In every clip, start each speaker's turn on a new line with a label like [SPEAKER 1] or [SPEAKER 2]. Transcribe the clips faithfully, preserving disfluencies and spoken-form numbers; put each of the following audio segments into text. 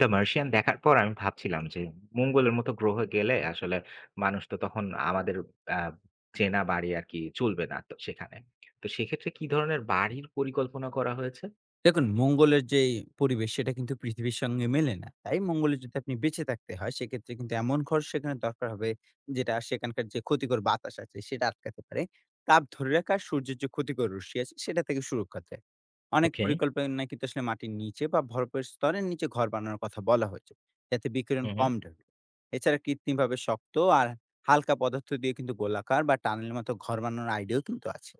[SPEAKER 1] The মার্সিয়ান দেখার পর আমি ভাবছিলাম যে মঙ্গলের মতো গ্রহে গেলে আসলে মানুষ তো তখন আমাদের আহ, চেনা বাড়ি আর কি চলবে না তো সেখানে। তো সেক্ষেত্রে কি ধরনের বাড়ির পরিকল্পনা করা হয়েছে?
[SPEAKER 2] দেখুন, মঙ্গলের যেই পরিবেশ সেটা কিন্তু পৃথিবীর সঙ্গে মেলে না। তাই মঙ্গলে যদি আপনি বেঁচে থাকতে হয় সেক্ষেত্রে কিন্তু এমন খরচ সেখানে দরকার হবে যেটা সেখানকার যে ক্ষতিকর বাতাস আছে সেটা আটকাতে পারে। তাপ ধরে রাখা আর সূর্যের যে ক্ষতিকর রশ্মি আছে সেটা থেকে সুরক্ষা দেয়। অনেক
[SPEAKER 1] ওকে।
[SPEAKER 2] পরিকল্পনায় কিন্তু আসলে মাটির নিচে বা বরফের স্তরের নিচে ঘর বানানোর কথা বলা হয়েছে, যাতে বিকিরণ
[SPEAKER 1] হুম হুম।
[SPEAKER 2] কম ঢোকে। এছাড়া কৃত্রিমভাবে শক্ত আর হালকা পদার্থ দিয়ে কিন্তু গোলাকার বা টানেলের মতো ঘর বানানোর আইডিয়াও কিন্তু আছে।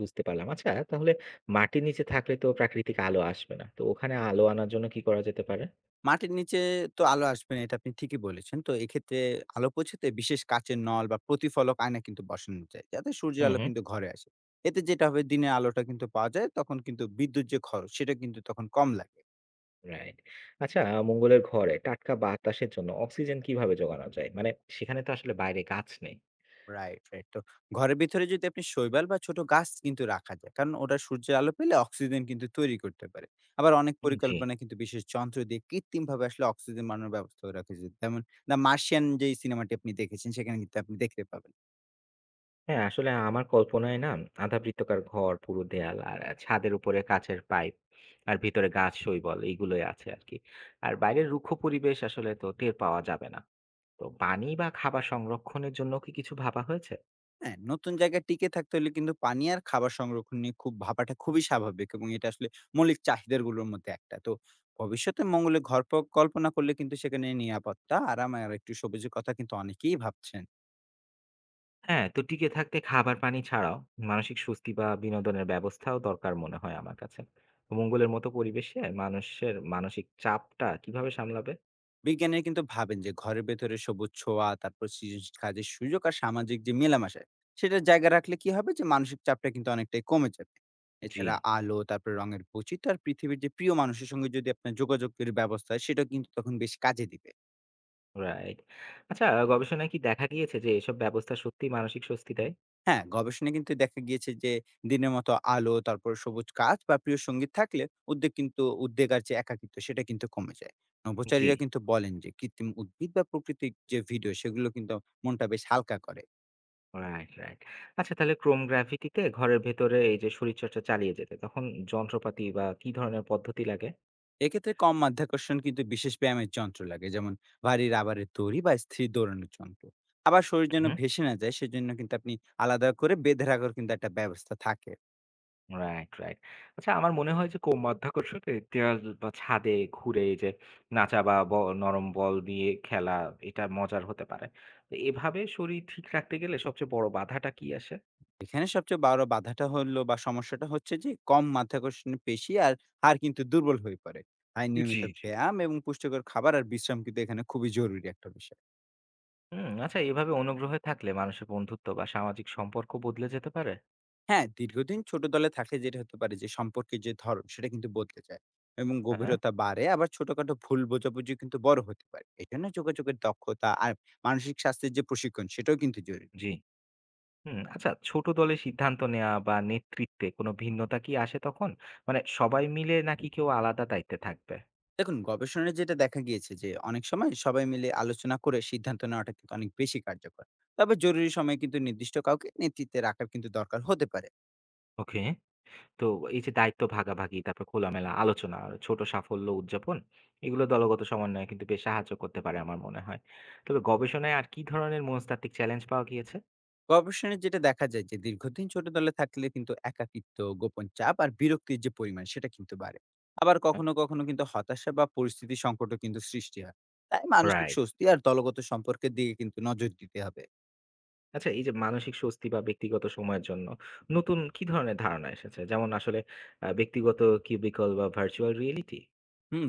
[SPEAKER 1] বুঝতে পারলাম, আচ্ছা তাহলে মাটির নিচে থাকলে তো প্রাকৃতিক আলো আসবে না, তো ওখানে আলো আনার জন্য কি করা যেতে পারে?
[SPEAKER 2] মাটির নিচে তো আলো আসবে না, এটা আপনি ঠিকই বলেছেন। তো এক্ষেত্রে আলো পৌঁছাতে বিশেষ কাঁচের নল বা প্রতিফলক আয়না কিন্তু বসানো যায়, যাতে সূর্যের
[SPEAKER 1] হুম
[SPEAKER 2] আলো
[SPEAKER 1] হুম।
[SPEAKER 2] কিন্তু ঘরে আসে। এতে যেটা হবে দিনের আলোটা কিন্তু পাওয়া যায়। তখন কিন্তু বিদ্যুৎ যে খরচ সেটা কিন্তু তখন কম লাগে।
[SPEAKER 1] রাইট। আচ্ছা, মঙ্গলের ঘরে টাটকা বাতাসের জন্য অক্সিজেন কিভাবে যোগানো যায়, মানে সেখানে তো আসলে বাইরে গাছ নেই।
[SPEAKER 2] Right, right. তো ঘরের ভিতরে যদি আপনি শৈবাল বা ছোট গাছ কিন্তু রাখা যায়। কারণ ওটা সূর্যের আলো পেলে অক্সিজেন কিন্তু তৈরি করতে পারে। আবার অনেক
[SPEAKER 1] জি।
[SPEAKER 2] পরিকল্পনা কিন্তু বিশেষ যন্ত্র দিয়ে কৃত্রিমভাবে আসলে অক্সিজেন বানানোর ব্যবস্থাও রাখা যায়। যেমন দ্য মার্সিয়ান যেই সিনেমাটি আপনি দেখেছেন সেখানে কিন্তু আপনি দেখতে পাবেন।
[SPEAKER 1] হ্যাঁ, আসলে আমার কল্পনায় না আধাবৃত্তাকার ঘর, পুরু দেয়াল আর আ ছাদের উপরে কাঁচের পাইপ আর ভিতরে গাছ, শৈবাল এইগুলোই আছে আরকি। আর বাইরের রুক্ষ পরিবেশ আসলে তো টের পাওয়া যাবে না। তো পানি বা খাবার সংরক্ষণের জন্য কি কিছু ভাবা হয়েছে?
[SPEAKER 2] হ্যাঁ, নতুন জায়গায় টিকে থাকতে হলে কিন্তু পানি আর খাবার সংরক্ষণ নিয়ে খুব ভাবাটা খুবই স্বাভাবিক এবং এটা আসলে মৌলিক চাহিদাগুলোর মধ্যে একটা। তো ভবিষ্যতে মঙ্গলে ঘর প কল্পনা করলে কিন্তু সেখানে নিরাপত্তা, আরাম আর একটু সবুজের কথা কিন্তু অনেকেই ভাবছেন।
[SPEAKER 1] হ্যাঁ, তো টিকে থাকতে খাবার, পানি ছাড়াও মানসিক স্বস্তি বা বিনোদনের ব্যবস্থাও দরকার মনে হয় আমার কাছে। তো মঙ্গলের মতো পরিবেশে মানুষের মানসিক চাপটা কিভাবে সামলাবে?
[SPEAKER 2] বিজ্ঞানীরা কিন্তু ভাবেন যে ঘরের ভেতরে সবুজ ছোঁয়া, তারপর সৃজনশীল কাজের সুযোগ আর সামাজিক যে মেলামেশা, সেটার জায়গা রাখলে কি হবে যে মানসিক চাপটা কিন্তু অনেকটাই কমে যাবে।
[SPEAKER 1] জি,
[SPEAKER 2] এছাড়া আলো, তারপরে রঙের বৈচিত্র্য আর পৃথিবীর যে প্রিয় মানুষের সঙ্গে যদি আপনার যোগাযোগের ব্যবস্থা হয়, সেটাও কিন্তু তখন বেশ কাজে দিবে।
[SPEAKER 1] রাইট। আচ্ছা গবেষণায় কি দেখা গিয়েছে যে এসব ব্যবস্থা সত্যিই মানসিক স্বস্তি দেয়?
[SPEAKER 2] হ্যাঁ, গবেষণায় কিন্তু দেখা গিয়েছে যে দিনের মতো আলো, তারপরে সবুজ গাছ বা প্রিয় সঙ্গীত থাকলে উদ্বেগ কিন্তু উদ্বেগ আর যে একাকিত্ব সেটা কিন্তু কমে যায়।
[SPEAKER 1] জি।
[SPEAKER 2] নভোচারীরা কিন্তু বলেন যে কৃত্রিম উদ্ভিদ বা প্রকৃতির যে ভিডিও সেগুলো কিন্তু মনটা বেশ হালকা করে।
[SPEAKER 1] Right, right. আচ্ছা তাহলে ক্রোম গ্রাফিটিতে ঘরের ভেতরে এই যে শরীরচর্চা চালিয়ে যেতে তখন যন্ত্রপাতি বা কি ধরনের পদ্ধতি লাগে?
[SPEAKER 2] এক্ষেত্রে কম মাধ্যাকর্ষণ কিন্তু বিশেষ ব্যায়ামের যন্ত্র লাগে, যেমন ভারী রাবারের দড়ি বা স্থির দৌড়ানোর যন্ত্র। আবার শরীর যেন
[SPEAKER 1] হুম, হুম।
[SPEAKER 2] ভেসে না যায় সেজন্য কিন্তু আপনি আলাদা করে বেঁধে রাখার কিন্তু একটা ব্যবস্থা থাকে।
[SPEAKER 1] Right, right. আচ্ছা আমার মনে হয় যে কম মাধ্যাকর্ষণে দেয়াল বা ছাদে ঘুরে এই যে নাচা বা ব নরম বল দিয়ে খেলা এটা মজার হতে পারে। তো এভাবে শরীর ঠিক রাখতে গেলে সবচেয়ে বড় বাধাটা কি আসে?
[SPEAKER 2] এখানে সবচেয়ে বড় বাধাটা হলো বা সমস্যাটা হচ্ছে যে কম মাধ্যাকর্ষণ পেশি আর হাড় কিন্তু দুর্বল হয়ে পড়ে। তাই
[SPEAKER 1] জি,
[SPEAKER 2] নিয়মিত
[SPEAKER 1] জি।
[SPEAKER 2] ব্যায়াম এবং পুষ্টিকর খাবার আর বিশ্রাম কিন্তু এখানে খুবই জরুরি একটা বিষয়।
[SPEAKER 1] হুম, আচ্ছা এভাবে অনুগ্রহে থাকলে মানুষের বন্ধুত্ব বা সামাজিক সম্পর্ক বদলে যেতে পারে?
[SPEAKER 2] হ্যাঁ, দীর্ঘদিন ছোট দলে থাকলে যেটা হতে পারে যে সম্পর্কের যে ধরন সেটা কিন্তু বদলে যায় এবং
[SPEAKER 1] হ্যাঁ,
[SPEAKER 2] গভীরতা বাড়ে। আবার ছোটখাটো ভুল বোঝাবুঝি কিন্তু বড় হতে পারে, এই জন্য যোগাযোগের দক্ষতা আর মানসিক স্বাস্থ্যের যে প্রশিক্ষণ সেটাও কিন্তু জরুরি।
[SPEAKER 1] জি। হুম, আচ্ছা ছোট দলে সিদ্ধান্ত নেওয়া বা নেতৃত্বে কোনো ভিন্নতা কি আসে তখন? মানে সবাই মিলে নাকি কেউ আলাদা দায়িত্বে থাকবে?
[SPEAKER 2] দেখুন, গবেষণায় যেটা দেখা গিয়েছে যে অনেক সময় সবাই মিলে আলোচনা করে সিদ্ধান্ত নেওয়াটা কিন্তু অনেক বেশি কার্যকর, তবে জরুরি সময়ে কিন্তু নির্দিষ্ট কাউকে নেতৃত্বে রাখার কিন্তু দরকার হতে পারে।
[SPEAKER 1] ওকে, তো এই যে দায়িত্ব ভাগাভাগি, তারপর খোলামেলা আলোচনা, আর ছোট সাফল্য উদযাপন, এগুলো দলগত সমন্বয়ে কিন্তু বেশ সাহায্য করতে পারে আমার মনে হয়। তবে গবেষণায় আর কি ধরনের মনস্তাত্ত্বিক চ্যালেঞ্জ পাওয়া গিয়েছে?
[SPEAKER 2] গবেষণায় যেটা দেখা যায় যে দীর্ঘদিন ছোট দলে থাকলে কিন্তু একাকিত্ব, গোপন চাপ আর বিরক্তির যে পরিমাণ সেটা কিন্তু বাড়ে। আবার
[SPEAKER 1] হ্যাঁ।
[SPEAKER 2] কখনো কখনো কিন্তু হতাশা বা পরিস্থিতি সংকটও কিন্তু সৃষ্টি হয়। তাই মানসিক
[SPEAKER 1] রাইট।
[SPEAKER 2] স্বস্তি আর দলগত সম্পর্কের দিকে কিন্তু নজর দিতে হবে।
[SPEAKER 1] আচ্ছা এই যে মানসিক স্বস্তি বা ব্যক্তিগত সময়ের জন্য নতুন কি ধরনের ধারণা এসেছে? যেমন আসলে আহ, ব্যক্তিগত কিউবিকল বা ভার্চুয়াল রিয়েলিটি?
[SPEAKER 2] হুম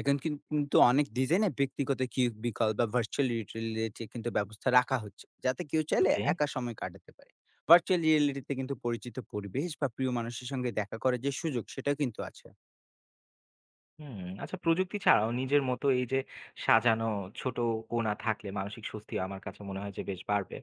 [SPEAKER 2] এখন কিন কিন্তু অনেক ডিজাইনে ব্যক্তিগত কিউবিকল বা ভার্চুয়াল রিয়েলিটি কিন্তু ব্যবস্থা রাখা হচ্ছে, যাতে কেউ চাইলে
[SPEAKER 1] ওকে।
[SPEAKER 2] একা সময় কাটাতে পারে। ভার্চুয়াল রিয়েলিটিতে কিন্তু পরিচিত পরিবেশ বা প্রিয় মানুষের সঙ্গে দেখা করার যে সুযোগ সেটাও কিন্তু আছে।
[SPEAKER 1] হুম, আচ্ছা প্রযুক্তি ছাড়াও নিজের মতো এই যে সাজানো ছোট কোণা থাকলে মানসিক স্বস্তি আমার কাছে মনে হয় যে বেশ বাড়বে।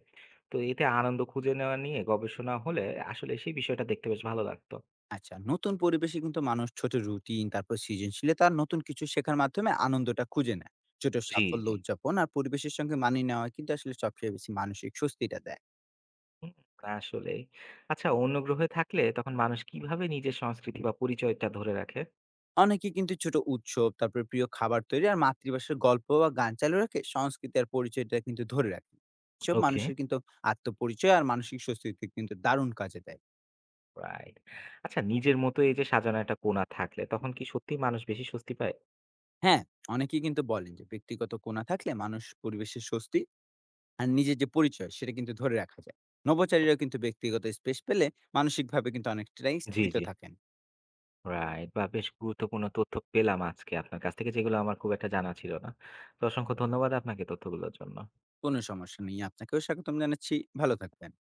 [SPEAKER 1] তো এতে আনন্দ খুঁজে নেওয়া নিয়ে গবেষণা হলে আসলে সেই বিষয়টা দেখতে বেশ ভালো লাগতো।
[SPEAKER 2] আচ্ছা, নতুন পরিবেশে কিন্তু মানুষ ছোট রুটিন, তারপর সৃজনশীলতা আর নতুন কিছু শেখার মাধ্যমে আনন্দটা খুঁজে নেয়। ছোট
[SPEAKER 1] জি
[SPEAKER 2] সাফল্য
[SPEAKER 1] জি।
[SPEAKER 2] উদযাপন আর পরিবেশের সঙ্গে মানিয়ে নেওয়া কিন্তু আসলে সবচেয়ে বেশি মানসিক স্বস্তিটা দেয়।
[SPEAKER 1] হুম, আসলেই। আচ্ছা অন্য গ্রহে থাকলে তখন মানুষ কিভাবে নিজের সংস্কৃতি বা পরিচয়টা ধরে রাখে?
[SPEAKER 2] অনেকে কিন্তু ছোট উৎসব, তারপরে প্রিয় খাবার তৈরি আর মাতৃভাষার গল্প বা গান চালু রাখে, সংস্কৃতি আর পরিচয়টা কিন্তু ধরে রাখে। এসব
[SPEAKER 1] ওকে।
[SPEAKER 2] মানুষের কিন্তু আত্মপরিচয় আর মানসিক স্বস্তিতে কিন্তু দারুণ কাজে দেয়।
[SPEAKER 1] রাইট। আচ্ছা নিজের মতো এই যে সাজানো একটা কোণা থাকলে তখন কি সত্যিই মানুষ বেশি স্বস্তি পায়?
[SPEAKER 2] হ্যাঁ, অনেকেই কিন্তু বলেন যে ব্যক্তিগত কোণা থাকলে মানুষ পরিবেশের স্বস্তি আর নিজের যে পরিচয় সেটা কিন্তু ধরে রাখা যায়। নভোচারীরা কিন্তু ব্যক্তিগত স্পেস পেলে মানসিকভাবে কিন্তু অনেকটাই
[SPEAKER 1] জি
[SPEAKER 2] স্থিত
[SPEAKER 1] জি।
[SPEAKER 2] থাকেন।
[SPEAKER 1] রাইট। বাহ! বেশ গুরুত্বপূর্ণ তথ্য পেলাম আজকে আপনার কাছ থেকে যেগুলো আমার খুব একটা জানা ছিল না। তো অসংখ্য ধন্যবাদ আপনাকে তথ্যগুলোর জন্য।
[SPEAKER 2] কোনো সমস্যা নেই। আপনাকেও স্বাগতম জানাচ্ছি। ভালো থাকবেন।